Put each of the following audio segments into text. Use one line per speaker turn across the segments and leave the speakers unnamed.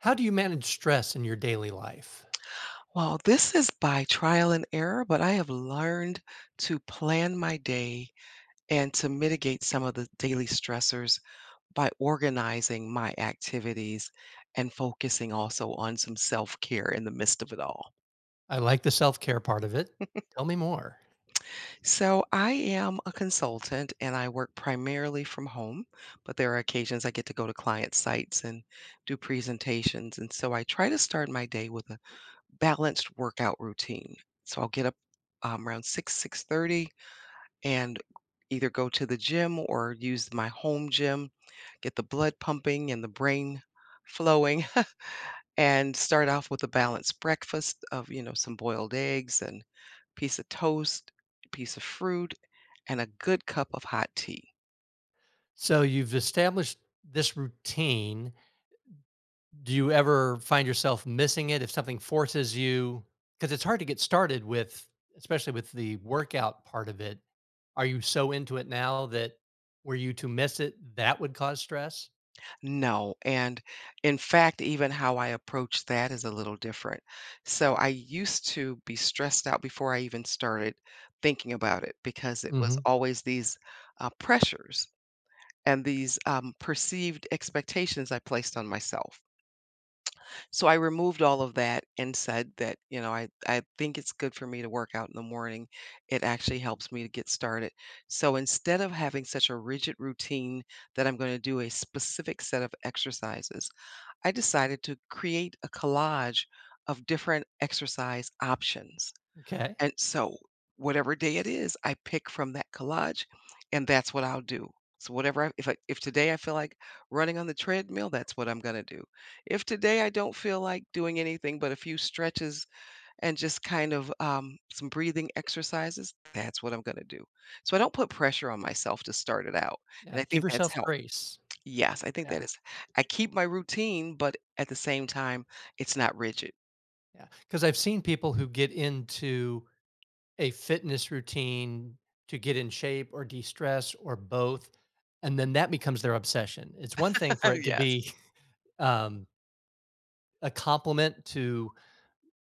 How do you manage stress in your daily life?
Well, this is by trial and error, but I have learned to plan my day and to mitigate some of the daily stressors by organizing my activities and focusing also on some self care in the midst of it all.
I like the self care part of it. Tell me more.
So, I am a consultant and I work primarily from home, but there are occasions I get to go to client sites and do presentations. And so, I try to start my day with a balanced workout routine. So, I'll get up around 6 6:30 and either go to the gym or use my home gym, get the blood pumping and the brain flowing, and start off with a balanced breakfast of, some boiled eggs and piece of toast, piece of fruit, and a good cup of hot tea.
So, you've established this routine. Do you ever find yourself missing it if something forces you? Because it's hard to get started with, especially with the workout part of it. Are you so into it now that were you to miss it, that would cause stress?
No, and in fact, even how I approach that is a little different. So I used to be stressed out before I even started thinking about it because it was
Hmm.
always these pressures and these perceived expectations I placed on myself. So I removed all of that and said that, I think it's good for me to work out in the morning. It actually helps me to get started. So instead of having such a rigid routine that I'm going to do a specific set of exercises, I decided to create a collage of different exercise options.
Okay.
And so, whatever day it is, I pick from that collage, and that's what I'll do. So whatever I if today I feel like running on the treadmill, that's what I'm gonna do. If today I don't feel like doing anything but a few stretches and just kind of some breathing exercises, that's what I'm gonna do. So I don't put pressure on myself to start it out, and
Yeah,
I
give
think that's
yourself
helped.
grace.
Yes, I think that
Yeah.
is. I keep my routine, but at the same time, it's not rigid.
Yeah. Because I've seen people who get into a fitness routine to get in shape or de-stress or both, and then that becomes their obsession. It's one thing for it to
Yes,
be, um, a complement to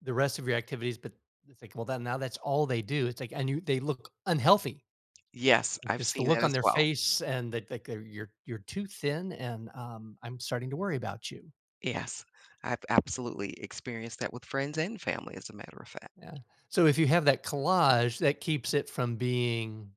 the rest of your activities, but it's like, well, then now that's all they do. It's like and you they look unhealthy.
yes,
Like,
I've
just the
seen
look
that
on
as
their
well.
face and that like they're, "You're too thin and, I'm starting to worry about you."
Yes, I've absolutely experienced that with friends and family, as a matter of fact.
Yeah. So if you have that collage, that keeps it from being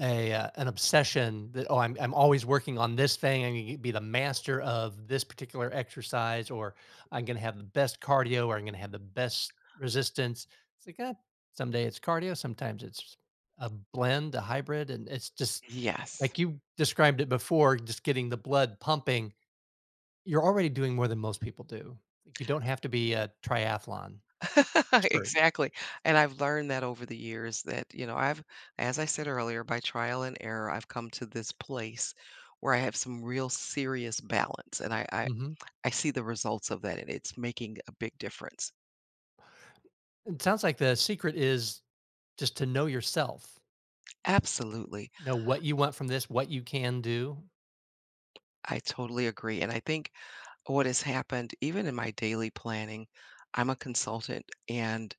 a an obsession that oh I'm always working on this thing. I'm gonna be the master of this particular exercise, or I'm gonna have the best cardio, or I'm gonna have the best resistance. It's like ah, someday it's cardio, sometimes it's a blend, a hybrid, and it's just
Yes.
like you described it before. Just getting the blood pumping, you're already doing more than most people do. Like you don't have to be a triathlon expert.
Exactly, and I've learned that over the years that, I've as I said earlier, by trial and error, I've come to this place where I have some real serious balance, and I I
Hmm.
I see the results of that, and it's making a big difference.
It sounds like the secret is just to know yourself.
Absolutely,
Know what you want from this, what you can do.
I totally agree, and I think what has happened, even in my daily planning, I'm a consultant, and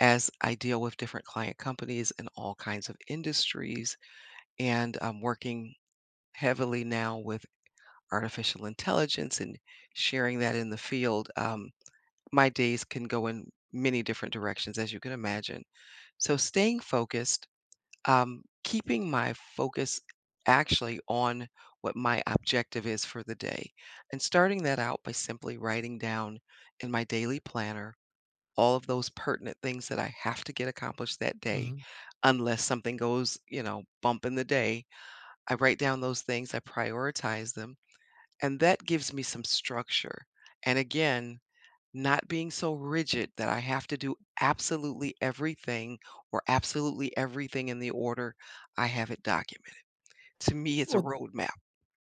as I deal with different client companies in all kinds of industries. And I'm working heavily now with artificial intelligence and sharing that in the field. My days can go in many different directions, as you can imagine. So, staying focused, keeping my focus actually on what my objective is for the day, and starting that out by simply writing down in my daily planner all of those pertinent things that I have to get accomplished that day
Mhm.
unless something goes, bump in the day. I write down those things, I prioritize them, and that gives me some structure. And again, not being so rigid that I have to do absolutely everything or absolutely everything in the order I have it documented. To me, it's a
Well,
roadmap.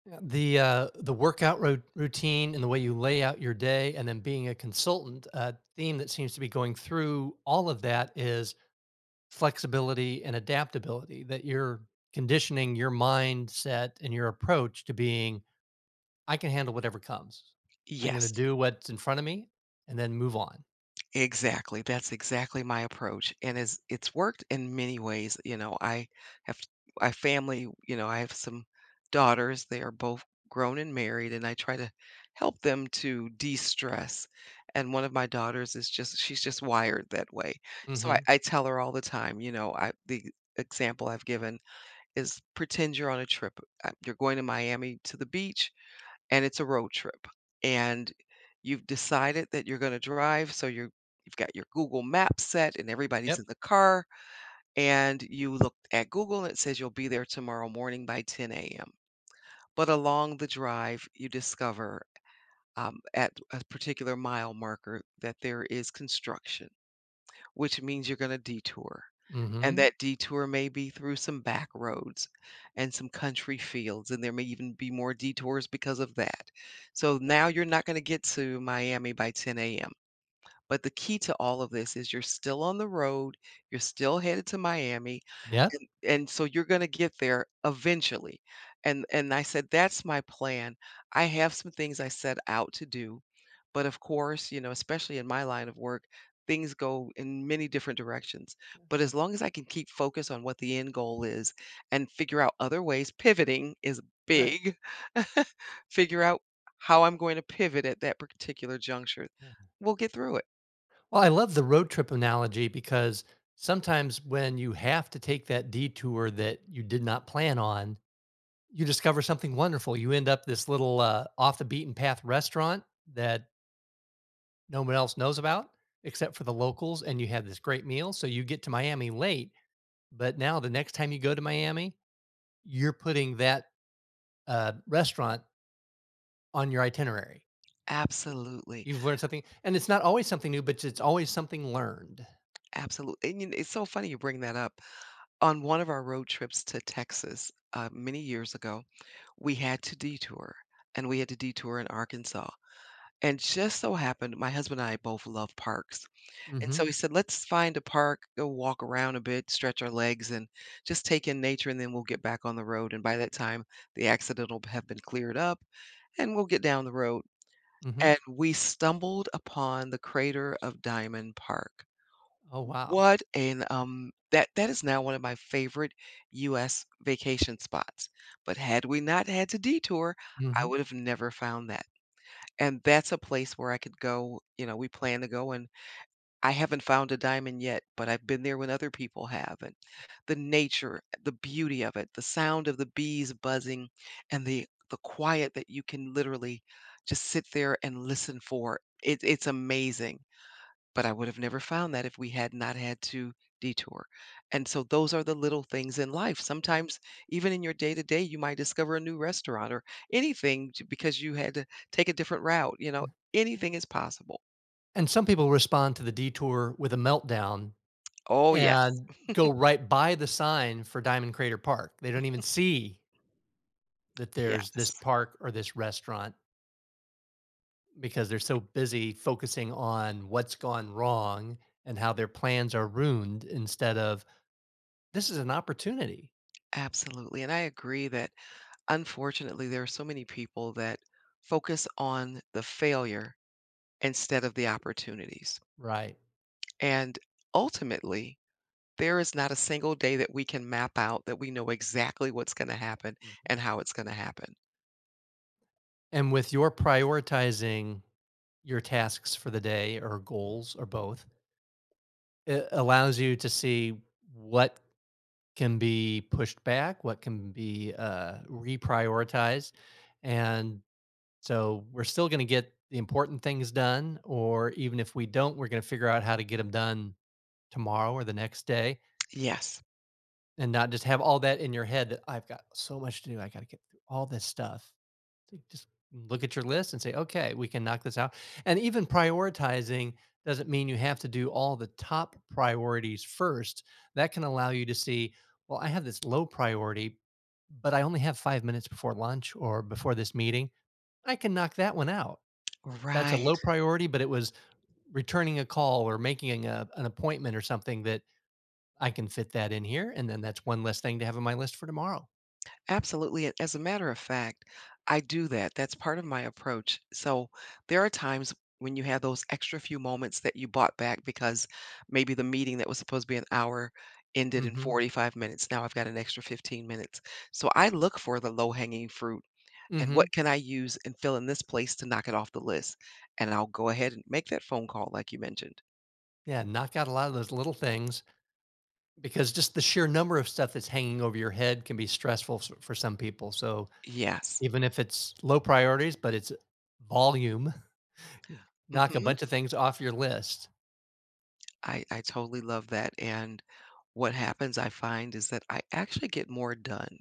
yeah, the workout ro routine and the way you lay out your day and then being a consultant, a theme that seems to be going through all of that is flexibility and adaptability, that you're conditioning your mindset and your approach to being I can handle whatever comes. I'm going to
Yes.
do what's in front of me and then move on.
Exactly, that's exactly my approach, and it's worked in many ways, I have I family, I have some daughters, they are both grown and married, and I try to help them to de-stress, and one of my daughters is just she's just wired that way, so I
Mhm.
I tell her all the time, I the example I've given is pretend you're on a trip, you're going to Miami to the beach, and it's a road trip. And you've decided that you're gonna drive, so you're you've got your Google Maps set and everybody's
Yep.
in the car, and you look at Google and it says you'll be there tomorrow morning by 10 AM. But along the drive, you discover at a particular mile marker that there is construction, which means you're going to detour. And
Mhm.
that detour may be through some back roads and some country fields, and there may even be more detours because of that. So now you're not going to get to Miami by 10 a.m. But the key to all of this is you're still on the road, you're still headed to Miami,
Yep.
and so you're gonna get there eventually. And I said, "That's my plan." I have some things I set out to do, but of course, especially in my line of work, things go in many different directions. But as long as I can keep focus on what the end goal is and figure out other ways, pivoting is
Right.
big. Figure out how I'm going to pivot at that particular juncture.
Yeah.
We'll get through it.
Well, I love the road trip analogy because sometimes when you have to take that detour that you did not plan on, you discover something wonderful. You end up this little, off the beaten path restaurant that no one else knows about except for the locals, and you have this great meal. So you get to Miami late, but now the next time you go to Miami, you're putting that, restaurant on your itinerary.
Absolutely,
You've learned something, and it's not always something new, but it's always something learned.
and you kn it's so funny you bring that up. On one of our road trips to Texas, many years ago, we had to detour, and we had to detour in Arkansas, and just so happened my husband and I both love parks, and
Mhm,
so he said, "Let's find a park, go walk around a bit, stretch our legs, and just take in nature, and then we'll get back on the road, and by that time, the accident will have been cleared up, and we'll get down the road."
mhm.
And we stumbled upon the crater of Diamond Park.
Oh, wow.
What an that is now one of my favorite US vacation spots, but had we not had to detour, I
Mhm.
would have never found that, and that's a place where I could go, we plan to go, and I haven't found a diamond yet, but I've been there when other people have, and the nature, the beauty of it, the sound of the bees buzzing, and the quiet that you can literally just sit there and listen for. It's amazing. But I would have never found that if we had not had to detour. And so those are the little things in life. Sometimes even in your day to day, you might discover a new restaurant or anything because you had to take a different route. Anything is possible.
And some people respond to the detour with a meltdown
Oh, yeah.
and go right by the sign for Diamond Crater Park. They don't even see that there's this
Yes.
park or this restaurant because they're so busy focusing on what's gone wrong and how their plans are ruined instead of, "This is an opportunity."
Absolutely. And I agree that unfortunately, there are so many people that focus on the failure instead of the opportunities.
Right.
And ultimately, there is not a single day that we can map out that we know exactly what's gonna happen
Mhm.
and how it's gonna happen.
And with your prioritizing your tasks for the day or goals or both, it allows you to see what can be pushed back, what can be, reprioritized, and so we're still gonna get the important things done, or even if we don't, we're gonna figure out how to get them done tomorrow or the next day,
Yes.
and not just have all that in your head that, "I've got so much to do, I gotta get through all this stuff," to just look at your list and say, okay, we can knock this out. And even prioritizing doesn't mean you have to do all the top priorities first. That can allow you to see, well, I have this low priority, but I only have 5 minutes before lunch or before this meeting. I can knock that one out. That's a low
Right.
priority, but it was returning a call or making a, an appointment or something that I can fit that in here. And then that's one less thing to have on my list for tomorrow.
Absolutely, and as a matter of fact, I do that, that's part of my approach. So, there are times when you have those extra few moments that you bought back because maybe the meeting that was supposed to be an hour ended
Mm
in
hmm.
45 minutes, now I've got an extra 15 minutes. So, I look for the low-hanging fruit
Mm
and
hmm.
what can I use and fill in this place to knock it off the list? And I'll go ahead and make that phone call like you mentioned.
Yeah, knock out a lot of those little things. Because just the sheer number of stuff that's hanging over your head can be stressful s for some people, so
Yes.
even if it's low priorities, but it's volume, knock a
Mhm.
bunch of things off your list.
I totally love that, and what happens, I find, is that I actually get more done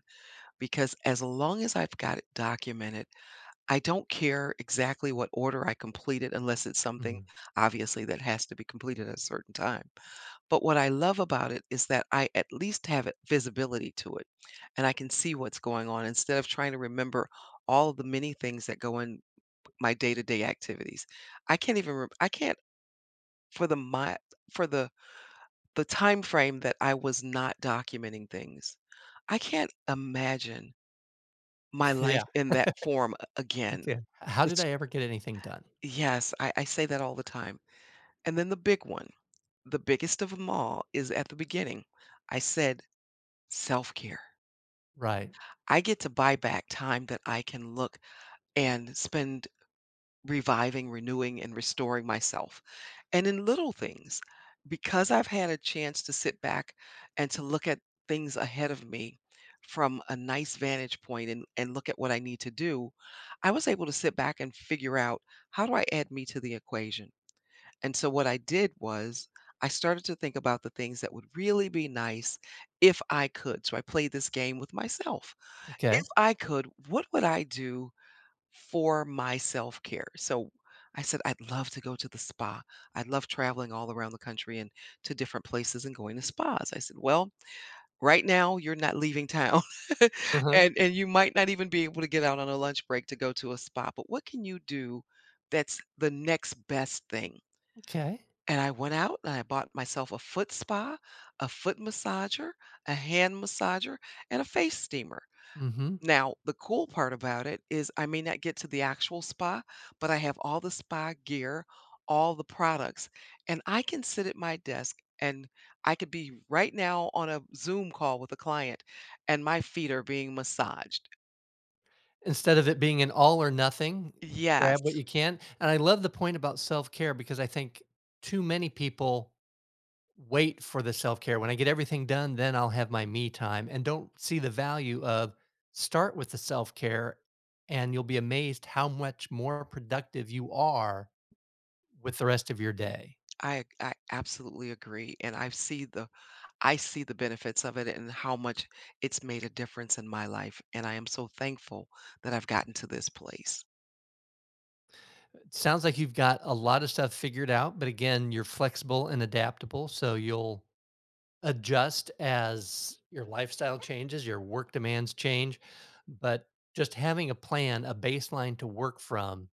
because as long as I've got it documented, I don't care exactly what order I complete it unless it's something,
Mm.
obviously, that has to be completed at a certain time. But what I love about it is that I at least have it visibility to it, and I can see what's going on instead of trying to remember all of the many things that go in my day-to-day activities. I can't even rem I can't for the my for the time frame that I was not documenting things, I can't imagine my life
Yeah,
in that form a
you
again.
can. How did
It's
I ever get anything done?
yes, I say that all the time. And then the big one, the biggest of them all is at the beginning. I said self-care.
Right.
I get to buy back time that I can look and spend reviving, renewing, and restoring myself. And in little things, because I've had a chance to sit back and to look at things ahead of me from a nice vantage point and look at what I need to do, I was able to sit back and figure out how do I add me to the equation? And so what I did was I started to think about the things that would really be nice if I could. So I played this game with myself if
Okay.
I could, what would I do for my self-care? So I said, I'd love to go to the spa. I love traveling all around the country and to different places and going to spas. I said, well, right now you're not leaving town
Uh-huh.
and you might not even be able to get out on a lunch break to go to a spa, but what can you do that's the next best thing?
Okay.
And I went out and I bought myself a foot spa, a foot massager, a hand massager, and a face steamer.
Mhm.
Now, the cool part about it is I may not get to the actual spa, but I have all the spa gear, all the products, and I can sit at my desk and I could be right now on a Zoom call with a client and my feet are being massaged.
Instead of it being an all or nothing, grab
Yes,
what you can, and I love the point about self-care because I think too many people wait for the self-care. When I get everything done, then I'll have my me time and don't see the value of start with the self-care and you'll be amazed how much more productive you are with the rest of your day.
I absolutely agree and I see the benefits of it and how much it's made a difference in my life and I am so thankful that I've gotten to this place.
It sounds like you've got a lot of stuff figured out, but again, you're flexible and adaptable, so you'll adjust as your lifestyle changes, your work demands change, but just having a plan, a baseline to work from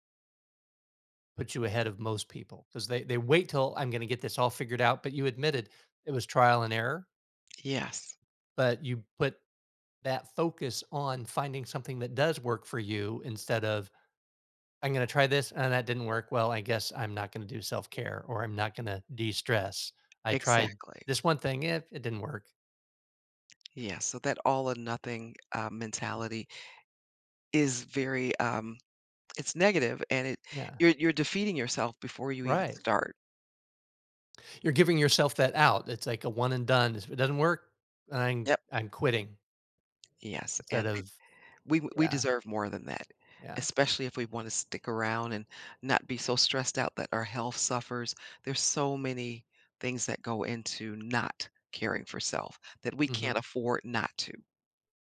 put you ahead of most people because they wait till I'm going to get this all figured out. But you admitted it was trial and error,
Yes,
but you put that focus on finding something that does work for you instead of I'm going to try this and that didn't work. Well, I guess I'm not going to do self care or I'm not going to de stress. I tried
exactly.
this one thing, if it didn't work.
Yeah, so that all or nothing mentality is very it's negative and it
Yeah,
you're defeating yourself before you even
right.
start.
You're giving yourself that out. It's like a one and done. If it doesn't work, I'm
Yep.
I'm quitting
Yes,
instead
and
of
we
yeah,
deserve more than that,
yeah.
especially if we want to stick around and not be so stressed out that our health suffers. There's so many things that go into not caring for self that we
Hmm.
can't afford not to.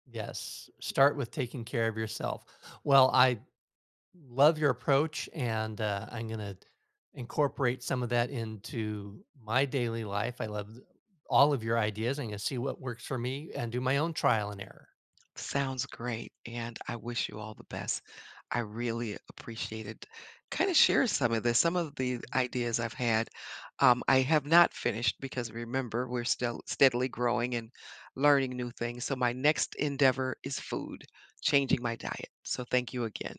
Yes, start with taking care of yourself. Well, I love your approach, and I'm going to incorporate some of that into my daily life. I love all of your ideas. I'm going to see what works for me and do my own trial and error.
Sounds great, and I wish you all the best. I really appreciated kind of share some of this, some of the ideas I've had. I have not finished because remember, we're still steadily growing and learning new things. So my next endeavor is food, changing my diet. So thank you again.